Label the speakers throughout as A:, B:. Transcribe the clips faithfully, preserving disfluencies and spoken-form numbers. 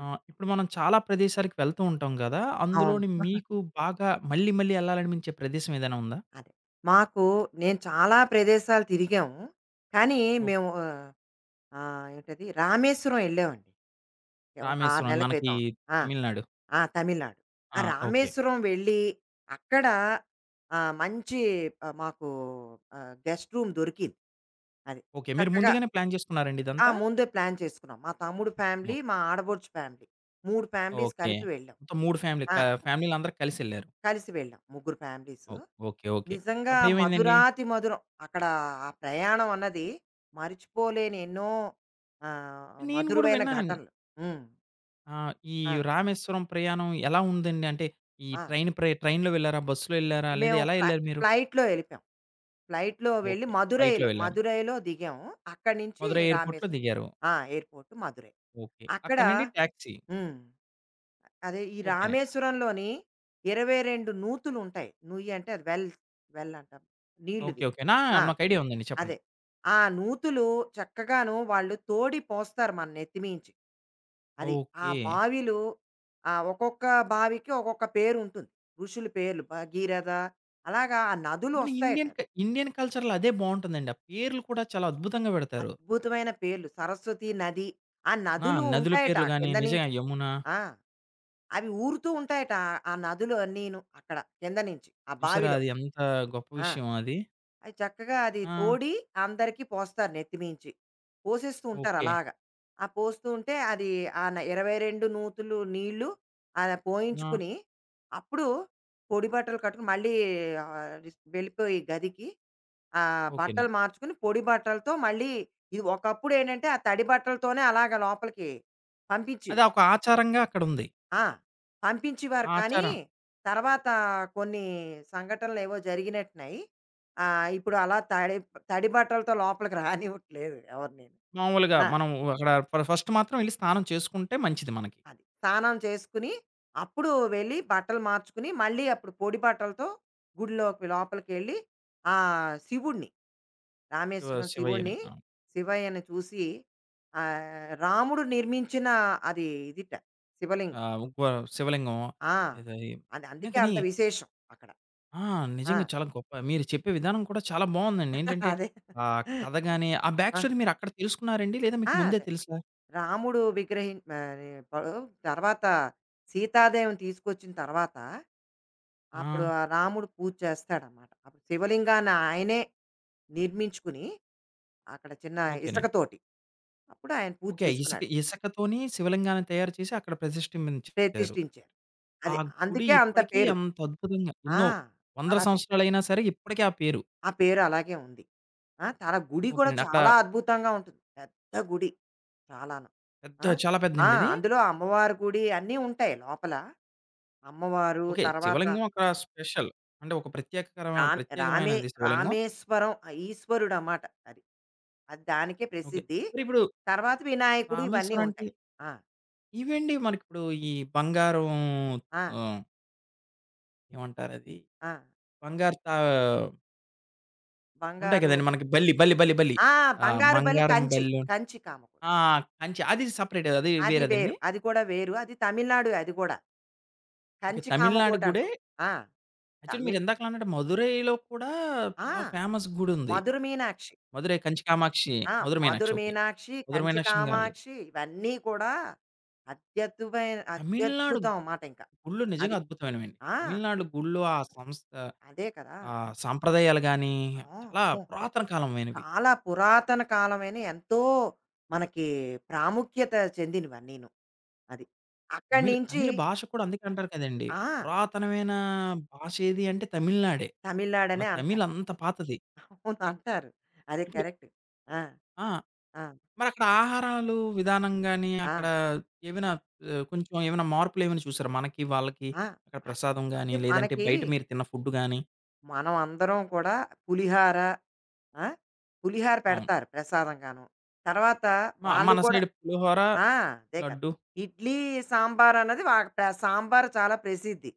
A: ఆ! ఇప్పుడు మనం చాలా ప్రదేశాలకు వెళ్తూ ఉంటాం గదా!
B: అవును.
A: అందులోని మీకు బాగా మళ్ళీ, మళ్ళీ ఎళ్ళాలనిపించే ప్రదేశం ఏదైనా ఉందా?
B: అదే. మాకు నేను చాలా ప్రదేశాలు తిరిగాము. కానీ
A: ఓహ్!
B: మేము ఆహ్, ఆహ్, ఏంటది రామేశ్వరం ఎళ్ళామండి. ఒక ఆరు
A: రామేశ్వరం
B: నెలల
A: మనకి
B: క్రితం. ఆ!
A: తమిళనాడు.
B: ఆ! తమిళనాడు. ఆ
A: ఆ! ఓకే.
B: రామేశ్వరం వెళ్ళి అక్కడ ఆహ్, మంచి ఆహ్, మాకు ఆహ్, గెస్ట్ రూమ్ దొరికింది. అది.
A: ఓకే. మీరు
B: చక్కగా
A: ముందుగానే ప్లాన్ చేసుకున్నారండి
B: ఆ!
A: ఇదంతా?
B: ముందే ప్లాన్ చేసుకున్నాం. మా తమ్ముడు ఫ్యామిలీ,
A: ఓహ్!
B: మా ఆడబొడుచు ఫ్యామిలీ. మూడు ఫ్యామిలీస్
A: ఓకే.
B: కలిపి వెళ్ళాం.
A: మొత్తం 3 ఫ్యామిలీ
B: ఆ!
A: క ఫ్యామిలీలందరూ కలిసెళ్లారు.
B: కలిసి వెళ్ళాం. ముగ్గురు ఫ్యామిలీసు.
A: ఓహ్! ఓకే. ఓకే.
B: నిజంగా
A: అప్పుడేమైందండి?
B: మధురాతి మధురం. అక్కడ ఆ ప్రయాణం అన్నది మరిచిపోలేని ఎన్నో ఆహ్,
A: నేను గూడా
B: మధురమైన
A: విన్నానండి.
B: ఘటనలు. హ్మ్.
A: ఆ! ఈ
B: ఆ!
A: రామేశ్వరం ప్రయాణం ఎలా ఉందండి? అంటే ఈ
B: ఆ!
A: ట్రైన్ ప్ర ట్రైన్‌లో వెళ్లారా? బస్సులో ఎళ్లారా? లేదా
B: మేము
A: ఎలా
B: ఫ్లై
A: ఎళ్లారు మీరు?
B: ఫ్లైట్‌లో ఎళ్ళిపోయాం. ఫ్లైట్‌లో వెళ్ళి
A: ఓకే. ఫ్లైట్‌లో
B: మదురైలో,
A: వెళ్లారు.
B: మదురైలో దిగాము. అక్కడి నుంచి
A: మధురై ఎయిర్‌పోర్ట్‌లో
B: రామేశ్వరం.
A: దిగారు.
B: ఆ! ఎయిర్‌పోర్ట్ మదురై.
A: ఓకే.
B: అక్కడ
A: అక్కడి నుండి టాక్సీ.
B: హ్మ్. అదే ఈ
A: ఓకేనండి.
B: రామేశ్వరంలోని ఇరవై రెండు నూతులుంటాయి. నుయ్యి అంటే అది వెల్ వెల్ అంటాం.
A: ఓకే.
B: నీళ్ళుది.
A: ఓకే. నా
B: ఆ!
A: నాకు ఐడియా ఉందండి.
B: అదే.
A: చెప్పండి.
B: ఆ నూతులు చక్కగాను వాళ్ళు తోడి పోస్తారు మన నెత్తిమీంచి. అది. ఆ
A: ఓకే.
B: బావిలు ఆహ్, ఒక్కొక్క బావికి ఒక్కొక్క పేరుంటుంది. ఋషుల పేర్లు భగీరథ అలాగా ఆ నదులు
A: మన
B: ఒస్తాయట.
A: ఇండియన్ క ఇండియన్ కల్చర్‌లో అదే బావుంటుందండి. ఆ పేర్లు కూడా చాలా అద్భుతంగా పెడతారు.
B: అద్భుతమైన పేర్లు. సరస్వతి నది. ఆ
A: నా
B: నదులు
A: నదుల
B: ఉంటాయట
A: పేర్లు
B: ఆ
A: గాని
B: కింద
A: నిజంగా
B: నుంచి.
A: యమున
B: ఆ! అవి ఊరుతూ ఉంటాయట ఆ ఆ నదులు అన్నీను అక్కడ కింద నుంచి ఆ
A: చూసారా
B: బావిలో.
A: అది ఎంత గొప్ప
B: ఆ!
A: విషయం అది.
B: అది చక్కగా అది
A: ఆ!
B: తోడి అందరికీ పోస్తారు నెత్తిమీంచి. పోసేస్తూ ఉంటారు
A: ఓకే.
B: అలాగా. ఆ పోస్తూ ఉంటే అది ఆ న ఇరవై రెండు నూతులు నీళ్లు అలా
A: ఆ!
B: పోయించుకుని, అప్పుడు పొడి బట్టలు కట్టుకొని మళ్ళీ ఆహ్, రిస్ వెళ్ళిపోయి గదికి ఆహ్, బట్టలు
A: ఓకేనండి.
B: మార్చుకుని పొడి బట్టలతో మళ్ళీ ఇది ఒకప్పుడేంటంటే ఆ తడి బట్టలతోనే అలాగా లోపలికి
A: అది
B: పంపించేవారు.
A: ఒక ఆచారంగా అక్కడుంది.
B: ఆ! పంపించేవారు
A: ఆ
B: కానీ,
A: ఆచారం
B: తర్వాత కొన్ని సంఘటనలేవో జరిగినట్టున్నాయి. ఆహ్, ఇప్పుడు అలా తడి తడి బట్టలతో లోపలికి రానివ్వట్లేదు ఎవరిని.
A: మామూలుగా
B: ఆ!
A: మనం అక్కడ ఫ ఫస్ట్ మాత్రం వెళ్లి స్నానం చేసుకుంటే మంచిది మనకి.
B: అది. స్నానం చేసుకుని, అప్పుడు వెళ్ళి బట్టలు మార్చుకుని, మళ్ళీ అప్పుడు పొడి బట్టలతో గుడిలోకి లోపలికెళ్ళి, ఆ శివుడిని,
A: శివ
B: రామేశ్వరం
A: శివయ్యని.
B: శివుడిని,
A: ఆ!
B: శివయ్యని చూసి ఆహ్, రాముడు నిర్మించిన అది ఇదిట శివలింగం.
A: ఆహ్, గో శివలింగం
B: ఆ!
A: ఏదో అది.
B: అది
A: అయినా
B: అందుకే
A: కానీ
B: అంత విశేషం అక్కడ.
A: ఆ!
B: ఆ!
A: నిజంగా చాలా గొప్ప మీరు చెప్పే విధానం కూడా చాలా బావుందండి. ఏంటంటే
B: అదే.
A: ఆహ్, కథ గాని, ఆ బ్యాక్
B: ఆ!
A: స్టోరీ మీరక్కడ తెలుసుకున్నారండి? లేదా
B: ఆ!
A: మీకు ముందే
B: అదే.
A: తెలుసా?
B: రాముడు విగ్రహిం ఆహ్, ఇప్పుడు తర్వాత సీతాదేవిని తీసుకొచ్చిన తర్వాత, అప్పుడు
A: ఆ!
B: ఆ రాముడు పూజ చేస్తాడనమాట. అప్పుడు శివలింగాన్ని ఆయనే నిర్మించుకుని, అక్కడ చిన్న
A: ఓకేనండి.
B: ఇసకతోటి. అప్పుడు ఆయన పూజ
A: ఓకే. ఇసుక
B: చేసుకున్నాడు.
A: ఇసుకతోని శివలింగాన్ని తయారు చేసి అక్కడ ప్రతిష్ఠించారు.
B: ప్రతిష్ఠించారు.
A: ఆ
B: అది
A: గుడి
B: అందుకే అంత
A: ఇప్పటికీ
B: పేరు.
A: అంత అద్భుతంగా
B: ఆ!
A: ఎన్నో వందల
B: చాలా పేరు.
A: సంవత్సరాలైనా సరే ఇప్పటికీ ఆ పేరు.
B: ఆ పేరు అలాగే ఉంది. ఆ! చాలా గుడి కూడా
A: ఓకేనండి. అక్కడ
B: చాలా అద్భుతంగా ఉంటుంది. పెద్ద గుడి. చాలాను.
A: పెద్ద
B: ఆ!
A: చాలా
B: ఆ!
A: పెద్దండి ఇది.
B: అందులో అమ్మవారి గుడి అన్నీ ఉంటాయి లోపల. అమ్మవారు
A: ఓకే.
B: తర్వాత
A: శివలింగం అక్కడ స్పెషల్. అంటే ఒక ప్రత్యేకకరమ
B: రామ్ రామే
A: ప్రత్యేకమైనది శివలింగం.
B: రామేశ్వరం ఆహ్, ఈశ్వరుడనమాట అది. అది దానికే
A: ఓకే.
B: ప్రసిద్ధి.
A: మరిప్పుడు
B: తర్వాత వినాయకుడు ఇవన్నీ
A: రామేశ్వరానికి
B: ఉంటాయి. ఆ!
A: ఇవండి మనకిప్పుడు ఈ బంగారం
B: ఆ!
A: ఆహ్, ఏమంటారది?
B: ఆ!
A: బంగారు తా ఉంటాయి
B: బంగారు
A: కదండీ! మనకి బల్లి, బల్లి, బల్లి, బల్లి.
B: ఆ!
A: ఆ!
B: బంగారు బల్లి
A: బంగారం
B: కంచి.
A: బల్లి ఉం
B: కంచి కామకోటి.
A: ఆ! కంచె అది సెపరేట్ అది
B: అది
A: వేరేదండి.
B: వేరు. అది కూడా వేరు. అది తమిళనాడు అది కూడా.
A: ఓకే.
B: కంచి
A: తమిళనాడు గుడే
B: కామకోటంటాం. ఆ!
A: యాక్చువల్లీ
B: తమిళ్
A: మీరిందాకలా అన్నట్టు మదురైలో కూడా
B: ఆ!
A: చాలా ఫేమస్ గుడుంది.
B: మధుర మీనాక్షి.
A: మదురై కంచి కామాక్షి,
B: ఆ!
A: మధుర
B: 'మధుర
A: మీనాక్షి ఓకే.
B: మీనాక్షి',
A: మధుర
B: 'కంచి
A: మీనాక్షమ్మ గారి గుడి.
B: కామాక్షి' ఇవన్నీ కూడా అత్యద్భుతమైన
A: తమిళనాడు
B: అత్యద్భుతం మాట ఇంకా.
A: గుళ్ళు
B: అది.
A: నిజంగా అద్భుతమైనవండి.
B: ఆ!
A: తమిళనాడు గుళ్ళు ఆ సంస్థ
B: అదే కదా!
A: ఆ సాంప్రదాయాలు గాని,
B: ఆ!
A: చాలా
B: అబ్బో!
A: పురాతన కాలమైనవి.
B: చాలా పురాతన కాలమైన ఎంతో మనకి ప్రాముఖ్యత చెందినవన్నీను. అది. అక్కడి
A: తమిళ్
B: నుంచి
A: తమిళ భాష కూడా అందుకే అంటారు కదండీ!
B: ఆ!
A: పురాతనమైన భాష ఏది అంటే తమిళనాడే. మన
B: తమిళనాడనే
A: తమిళ్
B: అంటారు.
A: అంత పాతది.
B: అవును అంటారు. అదే
A: ఇప్పుడు
B: కరెక్ట్. ఆ!
A: ఆ!
B: ఆ!
A: మరక్కడ ఆహారాలు విధానం గాని,
B: ఆ!
A: అక్కడ ఏమైనా ఆహ్, కొంచెం ఏమైనా మార్పులేమైనా చూసారా? మనకి, వాళ్ళకి
B: ఆ!
A: అక్కడ
B: అ-
A: ప్రసాదం గాని,
B: అంటే
A: లేదంటే
B: మనకి
A: బయట మీరు తిన్న ఫుడ్ గాని?
B: మనం అందరం కూడా పులిహార ఆ! పులిహార
A: అవును.
B: పెడతారు ప్రసాదంగాను. తర్వాత
A: మ
B: వాళ్ళు
A: మన
B: కూడా
A: సైడ్ పులిహోర,
B: ఆ! అదే కదా!
A: లడ్డు.
B: ఇడ్లీ, సాంబార్ అన్నది వా ప్ర సాంబార్ చాలా ప్రసిద్ధి.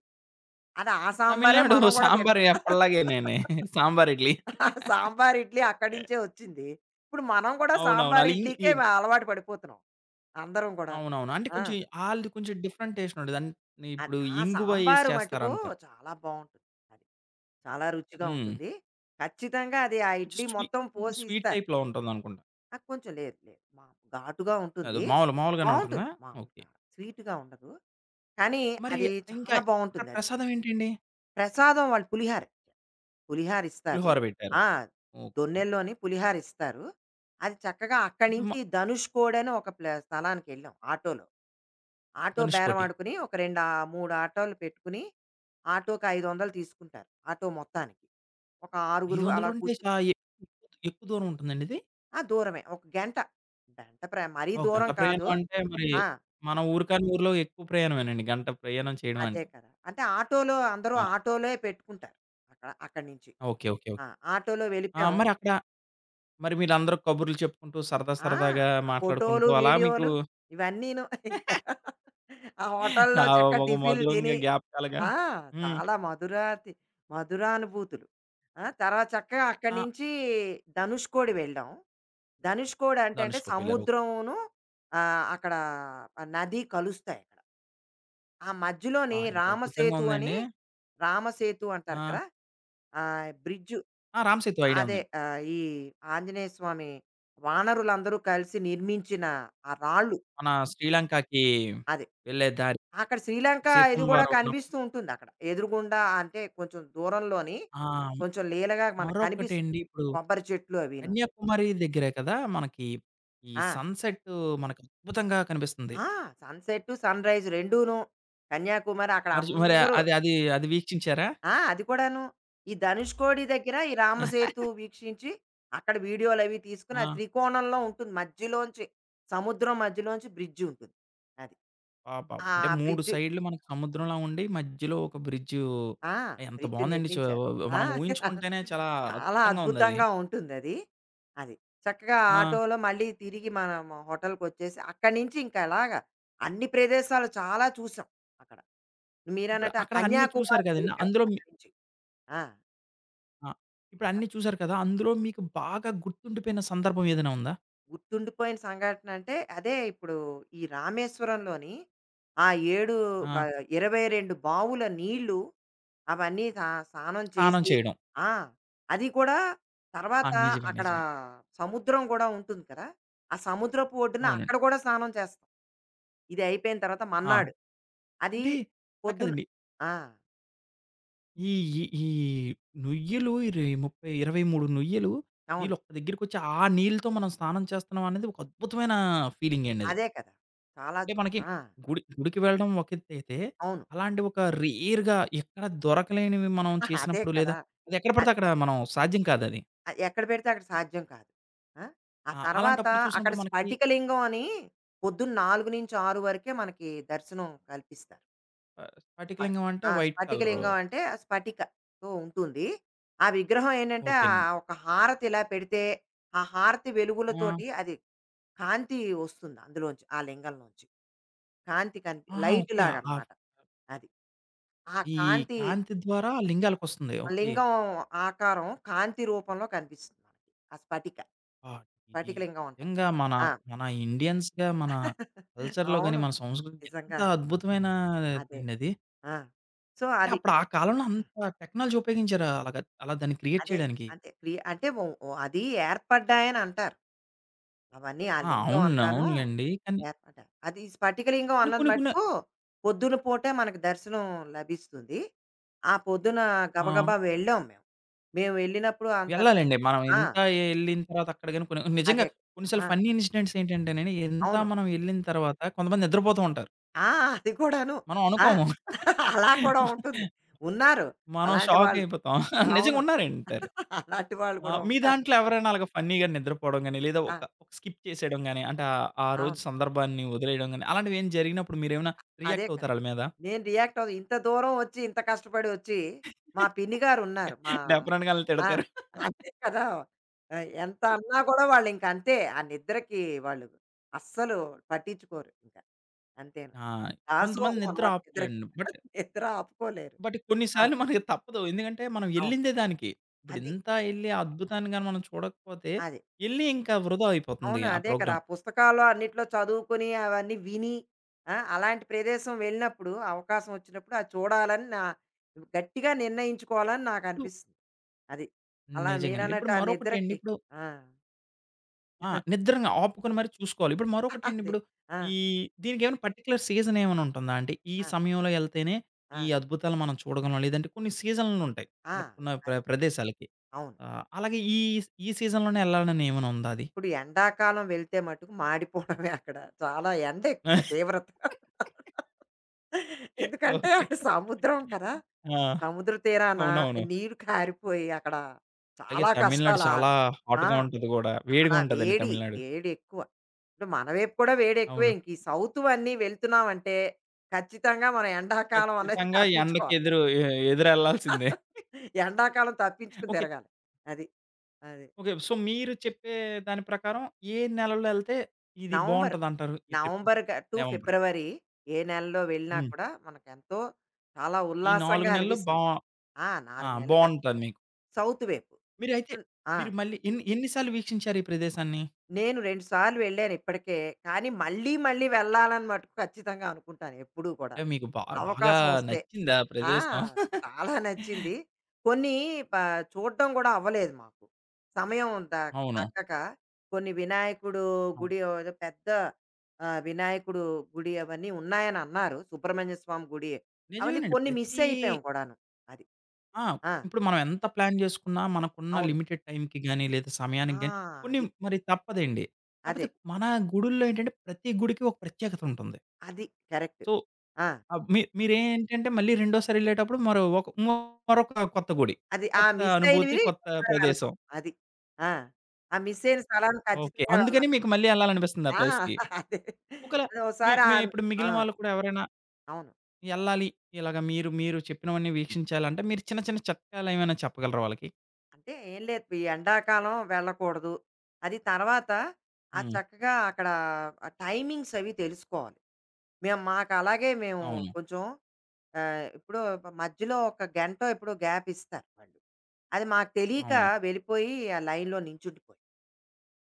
B: అది ఆ సాంబారే
A: తమిళనాడు
B: మనం కూడా
A: సాంబార్
B: తింటాం.
A: ఎప్పటిలాగేనేనే. సాంబార్ ఇడ్లీ.
B: ఆ సాంబార్, ఇడ్లీ అక్కడి నుంచే వచ్చింది. ఇప్పుడు మనం కూడా
A: అవునవును.
B: సాంబార్,
A: ఆళ్ళు ఇం
B: ఇడ్లీకే
A: ఇం
B: వా- అలవాటు పడిపోతున్నాం. అందరం కూడా.
A: అవునవును. అంటే
B: ఆ!
A: కొంచెం ఆళ్ళది కొంచెం డిఫరెంట్ టేస్ట్ ఉంటది. అన్
B: అది
A: ఇప్పుడు
B: ఆ
A: ఇంగువ ఏసి
B: సాంబారు మట్టుకు
A: చేస్తారంటారు.
B: చాలా బావుంటుంది. అది చాలా రుచిగా
A: హ్మ్.
B: ఉంటుంది. ఖచ్చితంగా అది ఆ
A: కొంచెం
B: ఇడ్లీ
A: స్వీ
B: మొత్తం
A: కొంచెం
B: పోసి
A: స్వీట్
B: ఇస్తారు.
A: టైప్‌లో ఉంటుందనుకుంటా.
B: ఆ! కొంచెం లేదు లేదు. మాము ఘాటుగా
A: అదే
B: ఉంటుంది.
A: మామూలు మామూలుగానే ఉంటుందా?
B: బావుంటుంది. మామూలు
A: ఓకే.
B: కారం. స్వీట్‌గా ఉండదు. కానీ
A: మరి
B: అది
A: ఇంకా
B: చాలా
A: ఇక్కడ
B: బావుంటుందది.
A: ప్రసాదం ఏంటండి?
B: ప్రసాదం వాళ్ళు పులిహార. పులిహార ఇస్తారు.
A: పులిహోర పెట్టారు.
B: ఆ!
A: ఓకే.
B: దొన్నెల్లోని పులిహార ఇస్తారు. అది చక్కగా అక్కడి
A: ఇప్పుడు మ
B: నుంచి ధనుష్కోడని ఒక ప్లే స్థలానికెళ్ళాం ఆటోలో. ఆటో బేరం
A: ధనుష్కోటి.
B: ఆడుకుని ఒక రెండు ఆహ్, మూడు ఆటోలు పెట్టుకుని ఆటోకి ఐదు వందలు తీసుకుంటారు. ఆటో మొత్తానికి. ఒక ఆరుగురు అలా
A: 500 అంటే
B: కూర్చొని
A: చా ఎ ఎక్కువ దూరం ఉంటుందండి ఇది?
B: ఆ! దూరమే. ఒక గంట. గంట ప్ర మరీ
A: ఓహ్! గంట
B: దూరం కాదు.
A: ప్రయాణం అంటే మరి
B: ఆ!
A: మన ఊరు కాని ఊర్లో ఎక్కువ ప్రయాణమేనండి. గంట ప్రయాణం చేయడం
B: అదే
A: అంటే.
B: కదా! అంటే ఆటోలో అందరూ
A: ఆ!
B: ఆటోలే పెట్టుకుంటారు. అక్కడ అక్కడి నుంచి.
A: ఓకే. ఓకే.
B: ఆ!
A: ఓకే.
B: ఆటోలో
A: ఆ!
B: వెళ్ళిపోయాం.
A: మరి అక్కడ మరి మీరందరూ కబుర్లు చెప్పుకుంటూ సరదా
B: ఆ!
A: సరదాగా
B: ఆ ఫోటోలు,
A: మాట్లాడుకుంటూ అలా మీకు
B: వీడియోలు ఇవన్నీను. ఇంకా ఆ హోటల్‌లో
A: ఆహ్,
B: చక్కగా
A: ఒక
B: టిఫిన్‌లు తిని
A: మధురంగా జ్ఞాపకాలుగా
B: ఆ!
A: హ్మ్.
B: చాలా మధురాతి మధురానుభూతులు. ఆ! తర్వాత చక్కగా అక్కడి
A: ఆ!
B: నుంచి ధనుష్కోడి వెళ్ళాం. ధనుష్కోడి అంటే, అంటే
A: ధనుష్కోటి వెళ్లారు.
B: సముద్రంను ఆహ్, అక్కడ ఆ నది కలుస్తాయక్కడ. ఆ మధ్యలోని
A: ఆ! ఎంత అద్భుతంగా
B: రామసేతు అని
A: ఉందండి.
B: రామసేతు అంటారు
A: ఆ!
B: కదా! ఆ బ్రిడ్జు
A: ఆ! 'రామ్ సేతు' ఐడియా
B: అదే
A: ఉందండి.
B: ఆ, ఈ ఆంజనేయ స్వామి వానరులందరూ కలిసి నిర్మించిన ఆ రాళ్ళు
A: మన శ్రీలంకకి
B: అది
A: వెళ్ళే దారి.
B: అక్కడ శ్రీలంక ఇది
A: సీతమ్మ
B: కూడా
A: వారు ఉన్నప్పుడు
B: కనిపిస్తూ ఉంటుంది అక్కడ ఎదురుగుండా అంటే కొంచెం దూరంలోని
A: ఆ!
B: కొంచెం లీలగా మనకు కనిపిస్తుంది
A: మరొకటండి ఇప్పుడు
B: కొబ్బరి చెట్లు అవిను
A: కన్యాకుమారి దగ్గరే కదా! మనకి ఈ
B: ఆ
A: సన్‌సెట్టు మనకు అద్భుతంగా కనిపిస్తుంది.
B: సన్సెట్ సన్ రైజ్ రెండూను కన్యాకుమారి అక్కడ
A: మరి చు మరి
B: అందరూ
A: అది అది అది వీక్షించారా?
B: ఆ! అది కూడాను. ఈ ధనుష్కోడి దగ్గర ఈ రామసేతు వీక్షించి, అక్కడ వీడియోలవి తీసుకొని, అది
A: ఆ!
B: త్రికోణంలో ఉంటుంది. మధ్యలోంచి సముద్రం మధ్యలోంచి బ్రిడ్జ్ ఉంటుంది. అది.
A: అబ్బబ్బా!
B: ఆ
A: అంటే మూడు
B: బ్రిడ్జ్
A: సైడ్‌లు మనకు సముద్రంలా ఉండి మధ్యలో ఒక బ్రిడ్జు
B: ఆ!
A: ఎంత
B: బ్రిడ్జ్
A: బావుందండి. చు
B: నిర్మించారు. ఆ!
A: మనం ఊహించుకుంటేనే చాలా
B: చాలా
A: అద్భుతంగా ఉందది.
B: అద్భుతంగా ఉంటుందది. అది. అది చక్కగా
A: ఆ!
B: ఆటోలో మళ్ళీ తిరిగి మనం హోటల్‌కొచ్చేసి, అక్కడి నుంచి ఇంక అలాగా అన్ని ప్రదేశాలు చాలా చూసాం అక్కడ.
A: ఇప్పుడు
B: మీరన్నట్టు ఆ
A: అక్కడ అన్నీ చూసారు
B: కన్యాకుమారి
A: కదండీ!
B: వెళ్ళిపోయాం
A: అందులో మీ
B: అక్కడి నుంచి. ఆ!
A: ఆ! ఇప్పుడు అన్నీ చూసారు కదా! అందులో మీకు బాగా గుర్తుండిపోయిన సందర్భం ఏదైనా ఉందా?
B: గుర్తుండిపోయిన సంఘటన అంటే అదే ఇప్పుడు ఈ రామేశ్వరంలోని ఆ ఏడు బ
A: ఆ!
B: ఇరవై రెండు బావుల నీళ్ళు అవన్నీ సా స్నానం
A: స్నానం
B: చేసి
A: చేయడం.
B: ఆ! అది కూడా
A: ఆ!
B: తర్వాత
A: నిజమే.
B: అక్కడ
A: నిజమే.
B: సముద్రం గూడా ఉంటుంది కదా! ఆ సముద్రపు ఒడ్డున
A: అవునండి.
B: అక్కడ గూడా స్నానం చేస్తాం. ఇది అయిపోయిన తర్వాత
A: ఆ!
B: మన్నాడు. అది
A: అంటే అలా
B: పొద్దున
A: కాదండి.
B: ఆ!
A: ఈ ఈ ఈ నుయ్యలు ఇరవై ముప్పై, ఇరవై మూడు నుయ్యలు
B: అవును.
A: నీళ్ళు ఒక్క దగ్గరికొచ్చి ఆ నీళ్ళతో మనం స్నానం చేస్తున్నాం అనేది ఒక అద్భుతమైన ఫీలింగే అండి అది.
B: అదే కదా! చాలా చ
A: అంటే మనకి
B: ఆ!
A: గుడి గుడికి వెళ్ళడం ఒక ఎత్తయితే,
B: అవును.
A: అలాంటి ఒక రేర్‌గా ఎక్కడ దొరకలేనివి మనం
B: అదే
A: చేసినప్పుడు లేదా
B: కదా!
A: అది ఎక్కడ
B: అ
A: పడితే అక్కడ మనం సాధ్యం కాదది.
B: ఆహ్, ఎక్కడ పెడితే అక్కడ సాధ్యం కాదు. ఆ! ఆ
A: ఆ!
B: తర్వాత
A: అలాంటప్పుడు
B: అక్కడ
A: చూసినప్పుడు మనకి
B: స్ఫటికలింగం అని పొద్దున్న నాలుగు నుంచి ఆరు వరకే మనకి దర్శనం కల్పిస్తారు.
A: ఆహ్,
B: స్ప
A: స్ఫటికలింగం అంటే
B: ఆ!
A: White colour.
B: స్ఫటికలింగం అంటే ఆ స్ఫటికతో ఉంటుంది. ఆ విగ్రహం ఏంటంటే ఆహ్,
A: ఓకేనండి.
B: ఒక హారతి ఇలా పెడితే ఆ హారతి
A: ఆ!
B: వెలుగులతోటి అది కాంతి వస్తుంది అందులోంచి ఆ లింగం నుంచి. కాంతి కనిపి
A: ఆహా!
B: Light
A: okay. ఆహ్,
B: లాగనమాట. అది. ఆ
A: ఈ
B: కాంతి
A: కాంతి ద్వారా లింగాలకొస్తుంది.
B: ఆ
A: ఓకే.
B: లింగం ఆకారం కాంతి రూపంలో కనిపిస్తుంది మనకి. ఆ స్ఫటిక.
A: ఆ! ఇది
B: స్ఫటికలింగం అంటారు.
A: నిజంగా మన,
B: ఆ!
A: మన ఇండియన్స్‌గా మన కల్చర్‌లో గాని,
B: అవును.
A: మన సంస్కృతి ఎంత
B: నిజంగా. అదే.
A: అద్భుతమైనదండి అది.
B: ఆ! సో,
A: అంటే
B: అది.
A: అప్పుడు ఆ కాలంలో అంత టెక్నాలజీ ఉపయోగించారా అలాగా అలా దాన్ని క్రియేట్
B: అదే.
A: చేయడానికి?
B: అంటే క్రి అంటే ఓ ఓ అది ఏర్పడ్డాయనంటారు. అవన్నీ ఆ
A: ఆ!
B: లింగం
A: అవును.
B: అంతాను
A: అవునులెండి. కానీ,
B: ఏర్పడ్డాయి. అది స్ఫటికలింగం
A: కానీ
B: అన్నది
A: కొన్ని కొన్ని
B: మటుకు పొద్దున పూటే మనకు దర్శనం లభిస్తుంది. ఆ పొద్దున
A: ఆ!
B: గబగబా వెళ్ళాం మేము. మేము వెళ్ళినప్పుడు అంత
A: వెళ్ళాలండి. మనం
B: ఆ!
A: ఎంత ఎళ్ళిన తర్వాత అక్కడ గాని కొన్ని నిజంగా
B: అదే.
A: కొన్ని
B: ఆ!
A: సార్లు ఫన్నీ ఇన్సిడెంట్స్ ఏంటంటేనండి, ఎంత
B: అవును.
A: మనం ఎళ్ళిన తర్వాత కొంతమంది నిద్రపోతూ ఉంటారు.
B: ఆ! అది కూడాను.
A: మనం
B: ఆ!
A: అనుకోము.
B: అలా కూడా ఉంటుంది. ఉన్నారు.
A: మనం
B: అలాంటి
A: షాక్
B: వాళ్ళు.
A: అయిపోతాం. నిజంగా
B: అవును.
A: ఉన్నారంటారు.
B: అలాంటి వాళ్ళు
A: ఆ!
B: కూడా
A: మీ
B: ఉంటారు.
A: దాంట్లో ఎవరైనా అలాగా ఫన్నీగా నిద్రపోవడం గాని, లేదా
B: ఆ!
A: ఒక ఒక స్కిప్ చేసేయడం గాని, అంటే ఆహ్, ఆ రోజు
B: అవును.
A: సందర్భాన్ని వదిలేయడం గాని, అలాంటివి ఏమైనా జరిగినప్పుడు మీరేమైనా
B: అదే
A: రియాక్ట్
B: కదా!
A: అవుతారా ఆళ్ళ మీద?
B: నేను రియాక్ట్ అవుదు. ఇంత దూరం వచ్చి, ఇంత కష్టపడి వచ్చి, మా పిన్ని గారు ఉన్నారు. మా
A: డెఫినిట్‌గా ఆళ్ళని
B: ఆ!
A: తిడతారు.
B: అంతే కదా! ఆహ్, ఎంత అన్నా కూడా వాళ్ళింక అంతే. ఆ నిద్రకి వాళ్ళు అస్సలు పట్టించుకోరు ఇంక. అంతేను.
A: ఆ! కొంతమంది
B: దాసోహం
A: నిద్ర
B: అన్నమాట నిద్రకి.
A: ఆపుకోలేరండి. బట్
B: నిద్ర ఆపుకోలేరు.
A: బట్ కొన్ని
B: ఆ!
A: సార్లు మనకి తప్పదు. ఎందుకంటే మనం
B: అవును.
A: ఎళ్ళిందే దానికి. ఇప్పుడు
B: అది.
A: ఇంత ఎళ్లి ఆ అద్భుతాన్ని గాని మనం చూడకపోతే
B: అది.
A: ఎళ్లి ఇంకా వృధా అయిపోతుంది
B: అవును.
A: ఆ
B: అదే కదా! ఆ
A: ప్రోగ్రామ్.
B: పుస్తకాల్లో అన్నిట్లో చదువుకొని, అవన్నీ విని, ఆ! అలాంటి ప్రదేశం వెళ్ళినప్పుడు, అవకాశం వచ్చినప్పుడు అది చూడాలని నా గట్టిగా నిర్ణయించుకోవాలని
A: ఇప్పుడు
B: నాకనిపిస్తుంది. అది. అలా
A: నిజంగానండి.
B: మీరన్నట్టు
A: ఇప్పుడు
B: ఆ
A: మరొకటండి
B: నిద్రకి
A: ఇప్పుడు
B: ఆ!
A: ఆ! నిద్రంగా ఆపుకొని మరి చూసుకోవాలి. ఇప్పుడు మరొకటండి
B: అదే.
A: ఇప్పుడు
B: ఆ!
A: ఈ దీనికేమైనా పర్టిక్యులర్ సీజన్ ఏమైనా ఉంటుందా? అంటే ఈ
B: ఆ!
A: సమయంలో ఎళ్తేనే
B: ఆ!
A: ఈ అద్భుతాలు మనం చూడగలం. లేదంటే కొన్ని సీజన్‌లుంటాయి.
B: ఆ!
A: మనకున్న ప్ర
B: అదే.
A: ప్రదేశాలకి.
B: అవును.
A: ఆహ్, అలాగే ఈ ఈ సీజన్‌లోనే ఎళ్ళాలని ఏమైనా ఉందా అది?
B: ఇప్పుడు ఎండాకాలం వెళ్తే మటుకు మాడిపోవడమే అక్కడ. చాలా ఎండ ఎక్కువ తీవ్రత. ఎందుకంటే
A: ఓకే.
B: అటు సముద్రం కదా!
A: ఆ!
B: సముద్ర తీరాన
A: అవునవును.
B: నీరు కారిపోయి అక్కడ
A: అలాగే
B: చాలా
A: తమిళనాడు
B: కష్టాలా
A: చాలా
B: ఆ! ఆ,
A: హాట్‌గా ఉంటది గూడా. వేడిగా
B: చాలా
A: ఉంటదండి
B: వేడి.
A: తమిళనాడు.
B: వేడెక్కువ. ఇప్పుడు మన వైపు కూడా వేడెక్కువే.
A: అవును.
B: ఇంక ఈ సౌతువన్నీ వెళ్తున్నామంటే ఖచ్చితంగా మనం ఎండాకాలం అనేది
A: ఖచ్చితంగా ఎండకి
B: తప్పించుకోవాలి.
A: ఎదురు ఎ ఎదురెళ్ళాల్సిందే.
B: ఎండాకాలం తప్పించుకుని
A: ఓకే.
B: తిరగాలి. అది. అది.
A: ఓకే. సో, మీరు చెప్పే దాని ప్రకారం ఏ నెలలో ఎళ్తే ఇది
B: నవంబర్,
A: బావుంటదంటారు ఈ ట్రిప్పు?
B: నవంబర్ గ టు
A: నవంబర్.
B: ఫిబ్రవరి ఏ నెలలో వెళ్ళినా
A: హ్మ్.
B: కూడా మనకెంతో చాలా
A: ఈ
B: ఉల్లాసంగా
A: 4 నెలలు బా
B: అనిపిస్తుంది. ఆ!
A: ఆ!
B: నాలుగు నెలలు
A: బావుంటది
B: ఖచ్చితం.
A: మీకు.
B: సౌత్ వైపు.
A: మీరైతే
B: హ్మ్. ఆ!
A: మీరు మళ్ళీ ఎన్ని ఎన్ని సార్లు వీక్షించారు ఈ ప్రదేశాన్ని?
B: నేను రెండు సార్లు వెళ్ళాను ఇప్పటికే. కానీ మళ్ళీ మళ్ళీ వెళ్ళాలని మటుకు ఖచ్చితంగా అనుకుంటాను ఎప్పుడూ కూడా.
A: అంటే మీకు బా బాగా
B: అవకాశం వస్తే.
A: నచ్చిందా
B: ఆ!
A: ప్రదేశం?
B: చాలా నచ్చింది. కొన్ని ప చూడ్డం గూడా అవ్వలేదు మాకు. సమయం దక్
A: అవును.
B: దక్కక కొన్ని వినాయకుడు
A: అవును.
B: గుడి ఏదో పెద్ద ఆహ్, వినాయకుడు గుడి అవన్నీ ఉన్నాయనన్నారు. సుబ్రహ్మణ్య స్వామి గుడి. అవన్నీ
A: నిజమేనండి.
B: కొన్ని మిస్
A: ప్రతి
B: అయిపోయాం కూడాను. అది.
A: ఆ!
B: ఆ!
A: ఇప్పుడు మనం ఎంత ప్లాన్ చేసుకున్నా మనకున్న
B: అవును.
A: లిమిటెడ్ టైమ్‌కి గాని, లేదా
B: ఆ!
A: సమయానికి గాని కొన్ని
B: అది.
A: మరి తప్పదండి.
B: అదే.
A: కాకపోతే మన గుడుల్లో ఏంటంటే ప్రతి గుడికి ఒక ప్రత్యేకత ఉంటుంది.
B: అది కరెక్ట్.
A: సో,
B: ఆ!
A: ఆహ్, మీ మీరేంటంటే మళ్ళీ రెండోసారి ఎళ్ళేటప్పుడు మరో ఒక మరొక కొత్త గుడి.
B: అది ఆ
A: కొత్త
B: మిస్
A: అనుభూతి,
B: అయినవి
A: కొత్త
B: ఒకసారి వెళ్తాం.
A: ప్రదేశం.
B: అది. ఆ! ఆ మిస్ అయిన స్థలానికి
A: ఓకే.
B: ఖచ్చితంగా
A: అందుకని
B: వెళ్ళాలి.
A: మీకు మళ్ళీ ఎళ్ళాలనిపిస్తుంది ఆ
B: ఆ!
A: ప్లేస్‌కి.
B: అదే.
A: ఒకవేళ
B: అది
A: మీ
B: ఒకసారి ఆ!
A: మీ ఇప్పుడు
B: ఆ!
A: మిగిలిన వాళ్ళు కూడా ఎవరైనా
B: అవును.
A: ఎళ్ళాలి ఇలాగ మీరు మీరు చెప్పినవన్నీ వీక్షించాలంటే మీరు చిన్న చిన్న చిట్కాలేమైనా చెప్పగలరా వాళ్ళకి?
B: అంటే ఏం లేదు. ఈ ఎండాకాలం వెళ్ళకూడదు. అది తర్వాత ఆ
A: హ్మ్.
B: చక్కగా అక్కడ ఆ టైమింగ్స్ అవి తెలుసుకోవాలి. మేము మాకలాగే మేము
A: అవును.
B: కొంచెం ఆహ్, ఎప్పుడో మధ్యలో ఒక గంటో ఎప్పుడో గ్యాప్ ఇస్తారు వాళ్ళు. అది మాకు తెలియక
A: అవును.
B: వెళ్ళిపోయి ఆ లైన్‌లో నించుండిపోయాం.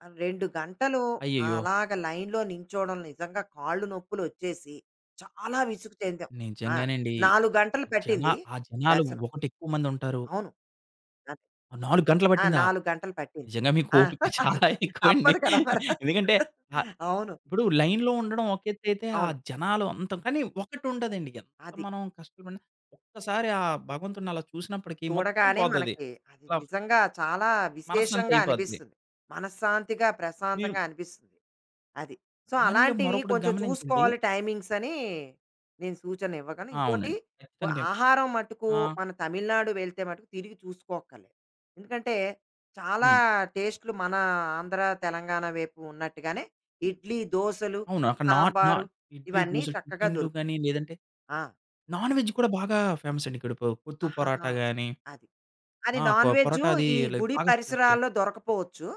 B: ఆ రెండు గంటలు ఆ
A: అయ్యయ్యో!
B: అలాగ లైన్‌లో నించోవడం నిజంగా కాళ్ళు నొప్పులొచ్చేసి చాలా విసుగు చెందాం. ఆ!
A: నిజంగానండి.
B: నాలుగు గంటలు
A: జనా
B: పట్టింది
A: ఆ జనాలు
B: దర్శనం.
A: ఒకటి ఎక్కువ మంది ఉంటారు.
B: అవును.
A: నాలుగు గంటలు
B: ఆ!
A: పట్టిందా?
B: నాలుగు గంటలు పట్టింది.
A: నిజంగా మీకు
B: ఆ!
A: ఓపిక చాలా
B: అంతే
A: ఎక్కువండి.
B: తప్పదు కదా! మరి.
A: ఎందుకంటే ఆహ్,
B: అవును.
A: ఇప్పుడు లైన్‌లో ఉండడం ఒక ఎత్తైతే, ఆ
B: అవును.
A: జనాలు అంత కానీ ఒకటి ఉండదండి. ఎంత
B: అది.
A: మనం కష్టపడినా ఒక్కసారి ఆ భగవంతుడిని అలా చూసినప్పటికి మొత్తం
B: చూడగానే
A: పోతది.
B: మనకి అది
A: అలా
B: నిజంగా చాలా
A: మనశ్శాంతి
B: విశేషంగా
A: అయిపోద్ది.
B: అనిపిస్తుంది. మనశ్శాంతిగా,
A: మీరు
B: ప్రశాంతంగా అనిపిస్తుంది. అది. సో,
A: మళ్ళీ
B: అలాంటివి
A: మరొకటి
B: కొంచెం
A: గమనించండి
B: చూసుకోవాలి టైమింగ్స్ అని నేను సూచన ఇవ్వగలను.
A: ఆ!
B: ఇంకోటి
A: అవునండి.
B: వ
A: ఖచ్చితంగా.
B: ఆహారం మట్టుకు
A: ఆ!
B: మన తమిళనాడు వెళ్తే మటుకు తిరిగి చూసుకోక్కర్లేదు. ఎందుకంటే చాలా
A: హ్మ్.
B: టేస్ట్‌లు మన ఆంధ్ర, తెలంగాణ వైపు ఉన్నట్టుగానే ఇడ్లీ, దోసలు,
A: అవును. అక్కడ నాన్ నా
B: సాంబారు
A: ఇడ్లీ,
B: ఇవన్నీ
A: దోసలు
B: చక్కగా
A: టిఫిన్‌లు
B: దొరుకుతాయి.
A: గాని లేదంటే
B: ఆ!
A: నాన్ వెజ్ కూడా బాగా ఫేమస్ అండి. ఇక్కడ పొ కొత్తు
B: ఆహాహా!
A: పరోటా గాని
B: అది. అది
A: ఆ! కొ
B: నాన్ వెజ్జు
A: పరోటా అది
B: ఈ
A: లైక్
B: గుడి
A: బాగా స్పెషల్.
B: పరిసరాల్లో దొరకపోవచ్చు.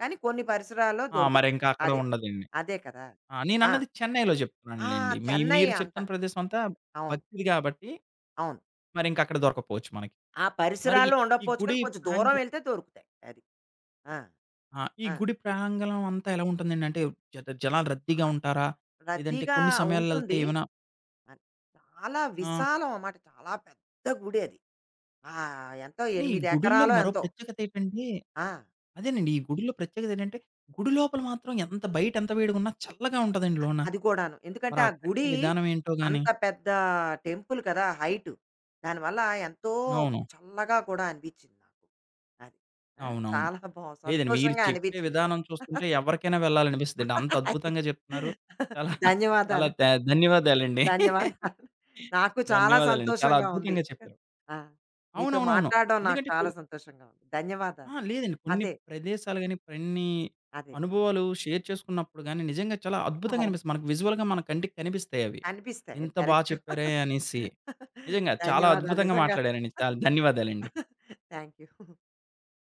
B: కానీ కొన్ని పరిసరాల్లో
A: ఆ!
B: దొరుకుతాయి.
A: మరింకా అక్కడ
B: అదే.
A: ఉండదండి.
B: అదే కదా!
A: ఆ!
B: ఆ!
A: నేనన్నది చెన్నైలో
B: ఆ!
A: చెప్తున్నానులెండి. మీ
B: చెన్నై
A: మీరు
B: అంట.
A: చెప్తున్న ప్రదేశం అంతా
B: అవును.
A: భక్తిది కాబట్టి
B: అవును.
A: మరింక అక్కడ దొరకకపోవచ్చు మనకి.
B: ఆ
A: మరి
B: పరిసరాల్లో
A: ఈ
B: ఉండకపోవచ్చు కానీ
A: గుడి
B: కొంచెం
A: ప్రాంగ
B: దూరం వెళ్తే దొరుకుతాయి. అది. ఆ!
A: ఆ! ఈ
B: ఆ!
A: గుడి ప్రాంగణం అంతా ఎలా ఉంటుందండి? అంటే జ జనాలు
B: ఆ!
A: రద్దీగా ఉంటారా? లేదంటే
B: రద్దీగా
A: కొన్ని సమయాల్లో ఎళ్తే
B: ఉంటుంది.
A: ఏమైనా
B: అది. చాలా
A: ఆ!
B: విశాలం అన్నమాట. చాలా పెద్ద గుడి అది. ఆహ్, ఎంతో
A: కానీ ఈ
B: ఎనిమిది
A: గుడుల్లో
B: ఎకరాలో
A: మరో
B: ఎంతో.
A: ప్రత్యేకత ఏంటంటే
B: ఆ!
A: అదేనండి. ఈ గుడిలో ప్రత్యేకత ఏంటంటే గుడి లోపల మాత్రం ఎంత బయట ఎంత వేడిగున్నా చల్లగా ఉంటదండి లోన.
B: అది కూడాను. ఎందుకంటే
A: మరి ఆ
B: ఆ
A: కట్టే
B: గుడి
A: విధానం ఏంటో గాని.
B: అంత పెద్ద టెంపుల్ కదా! హైట్. దానివల్ల ఎంతో
A: అవును.
B: చల్లగా కూడా అనిపించింది నాకు. అది. ఆ!
A: అవునవును.
B: చాలా బావుంది.
A: లేదండి. మీరు
B: సంతోషంగా
A: చెప్పే
B: అనిపించింది.
A: విధానం చూస్తుంటే ఎవరికైనా వెళ్ళాలనిపిస్తదండి. అంత
B: అది.
A: అద్భుతంగా చెప్తున్నారు. చాలా చాలా
B: ధన్యవాదాలు.
A: ధ ధన్యవాదాలండి.
B: ధన్యవాదాలు. నాకు చాలా
A: ధన్యవాదాలండి. చాలా
B: సంతోషంగా ఉంది.
A: అద్భుతంగా చెప్పారు.
B: ఆ! మీతో
A: అవునవునవును.
B: మాట్లాడడం నాకు
A: ఎందుకంటే
B: చాలా
A: కొన్
B: సంతోషంగా ఉంది.
A: ఆ!
B: ధన్యవాదాలు.
A: లేదండి. కొన్ని
B: అదే.
A: ప్రదేశాలు గాని, కొన్ని
B: అదే.
A: అనుభవాలు షేర్ చేసుకున్నప్పుడు గాని నిజంగా చాలా అద్భుతంగా
B: అవును.
A: అనిపిస్తుంది. మనకు విజువల్‌గా మన కంటికి కనిపిస్తాయి అవి.
B: కనిపిస్తాయి.
A: ఇంత బా
B: కరెక్ట్.
A: చెప్పారే అనేసి. నిజంగా చాలా
B: ధన్యవాదాలు.
A: అద్భుతంగా
B: నిజంగా
A: మాట్లాడారండి. చాలా ధన్యవాదాలండి.
B: Thank you.